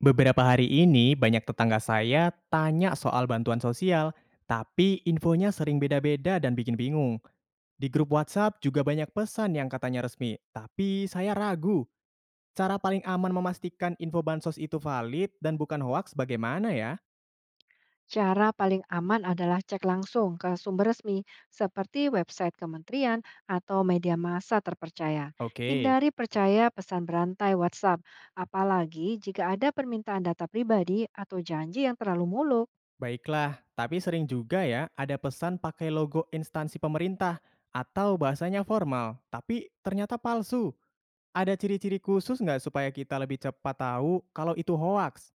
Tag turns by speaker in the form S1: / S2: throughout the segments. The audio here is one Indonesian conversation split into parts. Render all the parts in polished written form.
S1: Beberapa hari ini banyak tetangga saya tanya soal bantuan sosial, tapi infonya sering beda-beda dan bikin bingung. Di grup WhatsApp juga banyak pesan yang katanya resmi, tapi saya ragu. Cara paling aman memastikan info bansos itu valid dan bukan hoax bagaimana ya?
S2: Cara paling aman adalah cek langsung ke sumber resmi seperti website kementerian atau media massa terpercaya.
S1: Oke,
S2: Hindari percaya pesan berantai WhatsApp, apalagi jika ada permintaan data pribadi atau janji yang terlalu mulus.
S1: baiklah. Tapi sering juga ya ada pesan pakai logo instansi pemerintah atau bahasanya formal, tapi ternyata palsu. Ada ciri-ciri khusus nggak supaya kita lebih cepat tahu kalau itu hoax?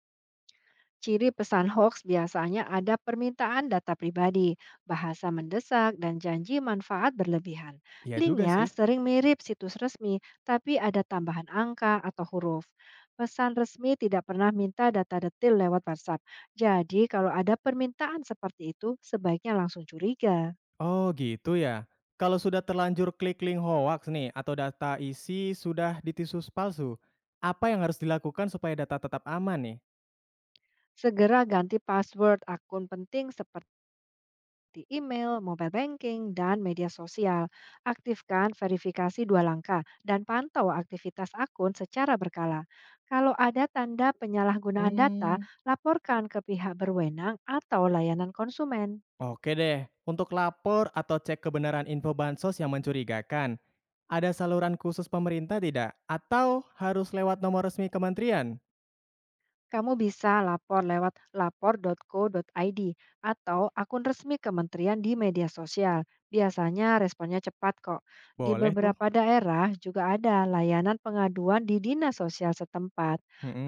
S2: Ciri pesan hoax biasanya ada permintaan data pribadi, bahasa mendesak, dan janji manfaat berlebihan.
S1: Iya juga
S2: Linknya
S1: sih.
S2: sering mirip situs resmi, tapi ada tambahan angka atau huruf. Pesan resmi tidak pernah minta data detail lewat WhatsApp. Jadi, kalau ada permintaan seperti itu, sebaiknya langsung curiga.
S1: Oh gitu ya. Kalau sudah terlanjur klik link hoax nih atau data isi sudah ditisus palsu, apa yang harus dilakukan supaya data tetap aman nih?
S2: Segera ganti password akun penting seperti di email, mobile banking, dan media sosial. Aktifkan verifikasi dua langkah dan pantau aktivitas akun secara berkala. Kalau ada tanda penyalahgunaan data,
S1: Hmm,
S2: laporkan ke pihak berwenang atau layanan konsumen.
S1: oke deh. Untuk lapor atau cek kebenaran info bansos yang mencurigakan, ada saluran khusus pemerintah tidak? Atau harus lewat nomor resmi kementerian?
S2: Kamu bisa lapor lewat lapor.co.id atau akun resmi kementerian di media sosial. Biasanya responnya cepat kok. Di
S1: Boleh tuh.
S2: beberapa daerah juga ada layanan pengaduan di dinas sosial setempat.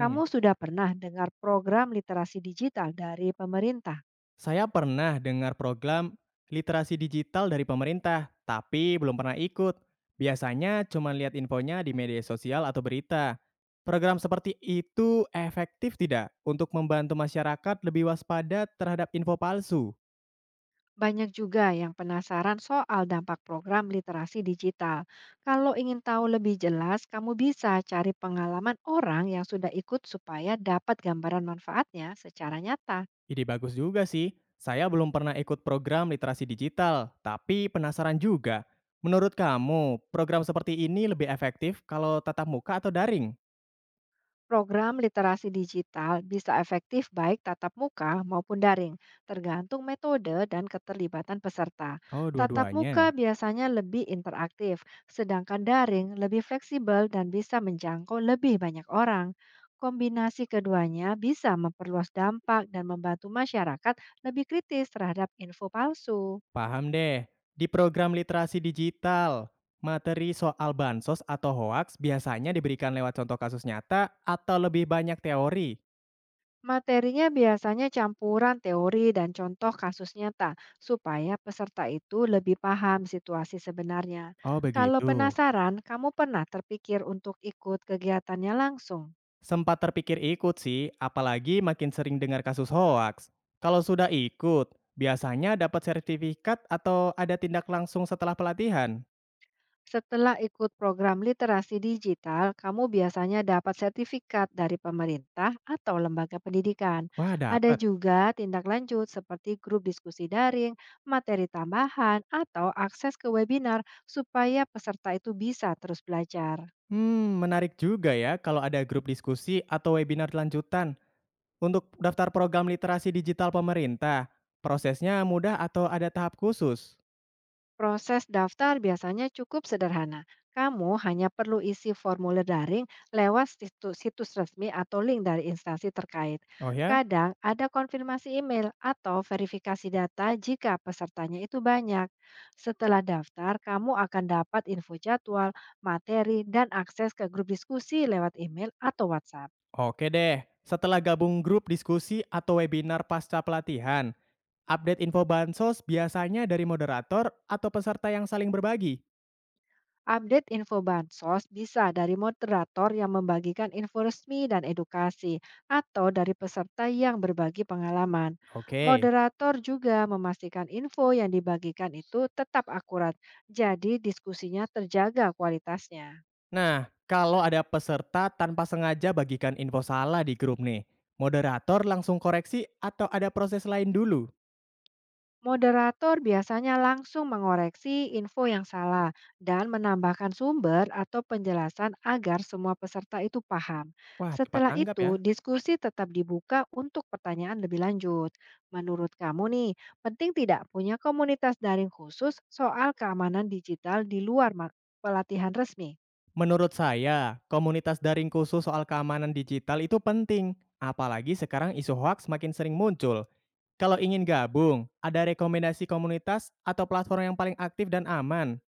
S2: Kamu sudah pernah dengar program literasi digital dari pemerintah?
S1: Saya pernah dengar program literasi digital dari pemerintah, tapi belum pernah ikut. Biasanya cuma lihat infonya di media sosial atau berita. Program seperti itu efektif tidak untuk membantu masyarakat lebih waspada terhadap info palsu?
S2: Banyak juga yang penasaran soal dampak program literasi digital. Kalau ingin tahu lebih jelas, kamu bisa cari pengalaman orang yang sudah ikut supaya dapat gambaran manfaatnya secara nyata.
S1: Ide bagus juga sih. Saya belum pernah ikut program literasi digital, tapi penasaran juga. Menurut kamu, program seperti ini lebih efektif kalau tatap muka atau daring?
S2: Program literasi digital bisa efektif baik tatap muka maupun daring, tergantung metode dan keterlibatan peserta.
S1: Oh,
S2: Tatap muka
S1: dua-duanya.
S2: biasanya lebih interaktif, sedangkan daring lebih fleksibel dan bisa menjangkau lebih banyak orang. Kombinasi keduanya bisa memperluas dampak dan membantu masyarakat lebih kritis terhadap info palsu.
S1: Paham deh. Di program literasi digital, materi soal bansos atau hoaks biasanya diberikan lewat contoh kasus nyata atau lebih banyak teori.
S2: Materinya biasanya campuran teori dan contoh kasus nyata, supaya peserta itu lebih paham situasi sebenarnya.
S1: Oh
S2: Kalau
S1: begitu.
S2: penasaran, kamu pernah terpikir untuk ikut kegiatannya langsung?
S1: Sempat terpikir ikut sih, apalagi makin sering dengar kasus hoaks. Kalau sudah ikut, biasanya dapat sertifikat atau ada tindak langsung setelah pelatihan.
S2: Setelah ikut program literasi digital, kamu biasanya dapat sertifikat dari pemerintah atau lembaga pendidikan.
S1: Wah,
S2: Ada
S1: dapat.
S2: juga tindak lanjut seperti grup diskusi daring, materi tambahan, atau akses ke webinar supaya peserta itu bisa terus belajar.
S1: Hmm, menarik juga ya kalau ada grup diskusi atau webinar lanjutan. Untuk daftar program literasi digital pemerintah, prosesnya mudah atau ada tahap khusus?
S2: Proses daftar biasanya cukup sederhana. Kamu hanya perlu isi formulir daring lewat situs resmi atau link dari instansi terkait.
S1: Oh ya?
S2: Kadang ada konfirmasi email atau verifikasi data jika pesertanya itu banyak. Setelah daftar, kamu akan dapat info jadwal, materi, dan akses ke grup diskusi lewat email atau WhatsApp.
S1: Oke deh. Setelah gabung grup diskusi atau webinar pasca pelatihan, update info bansos biasanya dari moderator atau peserta yang saling berbagi.
S2: Update info bansos bisa dari moderator yang membagikan info resmi dan edukasi, atau dari peserta yang berbagi pengalaman.
S1: Oke.
S2: Moderator juga memastikan info yang dibagikan itu tetap akurat, jadi diskusinya terjaga kualitasnya.
S1: Nah, kalau ada peserta tanpa sengaja bagikan info salah di grup nih, moderator langsung koreksi atau ada proses lain dulu?
S2: Moderator biasanya langsung mengoreksi info yang salah dan menambahkan sumber atau penjelasan agar semua peserta itu paham.
S1: Wah, cepat
S2: Setelah
S1: tanggap
S2: itu,
S1: ya.
S2: diskusi tetap dibuka untuk pertanyaan lebih lanjut. Menurut kamu nih, penting tidak punya komunitas daring khusus soal keamanan digital di luar pelatihan resmi?
S1: Menurut saya, komunitas daring khusus soal keamanan digital itu penting, apalagi sekarang isu hoax makin sering muncul. Kalau ingin gabung, ada rekomendasi komunitas atau platform yang paling aktif dan aman?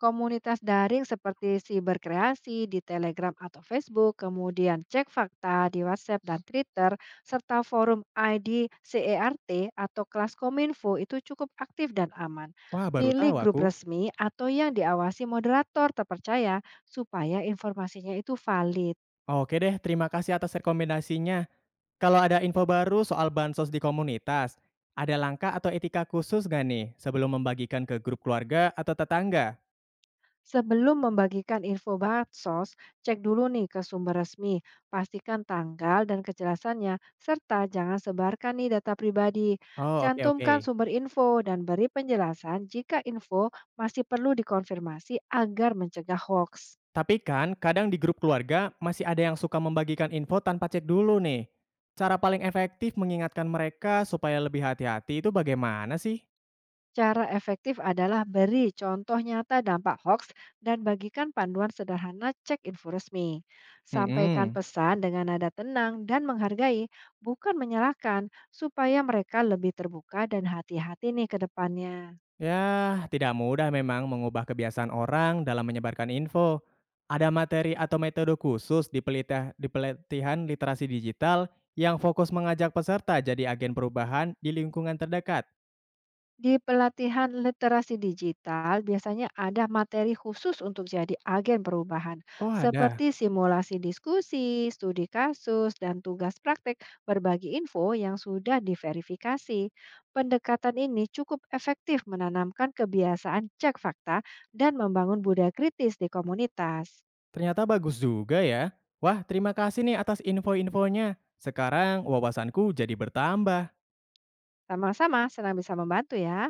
S2: Komunitas daring seperti Siberkreasi di Telegram atau Facebook, kemudian Cek Fakta di WhatsApp dan Twitter, serta forum ID CERT atau kelas Kominfo itu cukup aktif dan aman.
S1: Wah, baru
S2: Pilih
S1: tahu
S2: grup
S1: aku.
S2: resmi atau yang diawasi moderator terpercaya supaya informasinya itu valid.
S1: Oke deh, terima kasih atas rekomendasinya. Kalau ada info baru soal bansos di komunitas, ada langkah atau etika khusus nggak nih sebelum membagikan ke grup keluarga atau tetangga?
S2: Sebelum membagikan info bansos, cek dulu nih ke sumber resmi, pastikan tanggal dan kejelasannya, serta jangan sebarkan nih data pribadi.
S1: Oh, oke oke.
S2: Cantumkan sumber info dan beri penjelasan jika info masih perlu dikonfirmasi agar mencegah hoax.
S1: Tapi kan kadang di grup keluarga masih ada yang suka membagikan info tanpa cek dulu nih. Cara paling efektif mengingatkan mereka supaya lebih hati-hati itu bagaimana sih?
S2: Cara efektif adalah beri contoh nyata dampak hoax dan bagikan panduan sederhana cek info resmi. Sampaikan
S1: Hmm,
S2: pesan dengan nada tenang dan menghargai, bukan menyalahkan, supaya mereka lebih terbuka dan hati-hati nih ke depannya.
S1: ya, tidak mudah memang mengubah kebiasaan orang dalam menyebarkan info. Ada materi atau metode khusus di pelatihan literasi digital yang fokus mengajak peserta jadi agen perubahan di lingkungan terdekat.
S2: Di pelatihan literasi digital, biasanya ada materi khusus untuk jadi agen perubahan,
S1: Oh ada.
S2: seperti simulasi diskusi, studi kasus, dan tugas praktek berbagi info yang sudah diverifikasi. Pendekatan ini cukup efektif menanamkan kebiasaan cek fakta dan membangun budaya kritis di komunitas.
S1: Ternyata bagus juga ya. Wah, terima kasih nih atas info-infonya. Sekarang wawasanku jadi bertambah.
S2: Sama-sama, senang bisa membantu ya.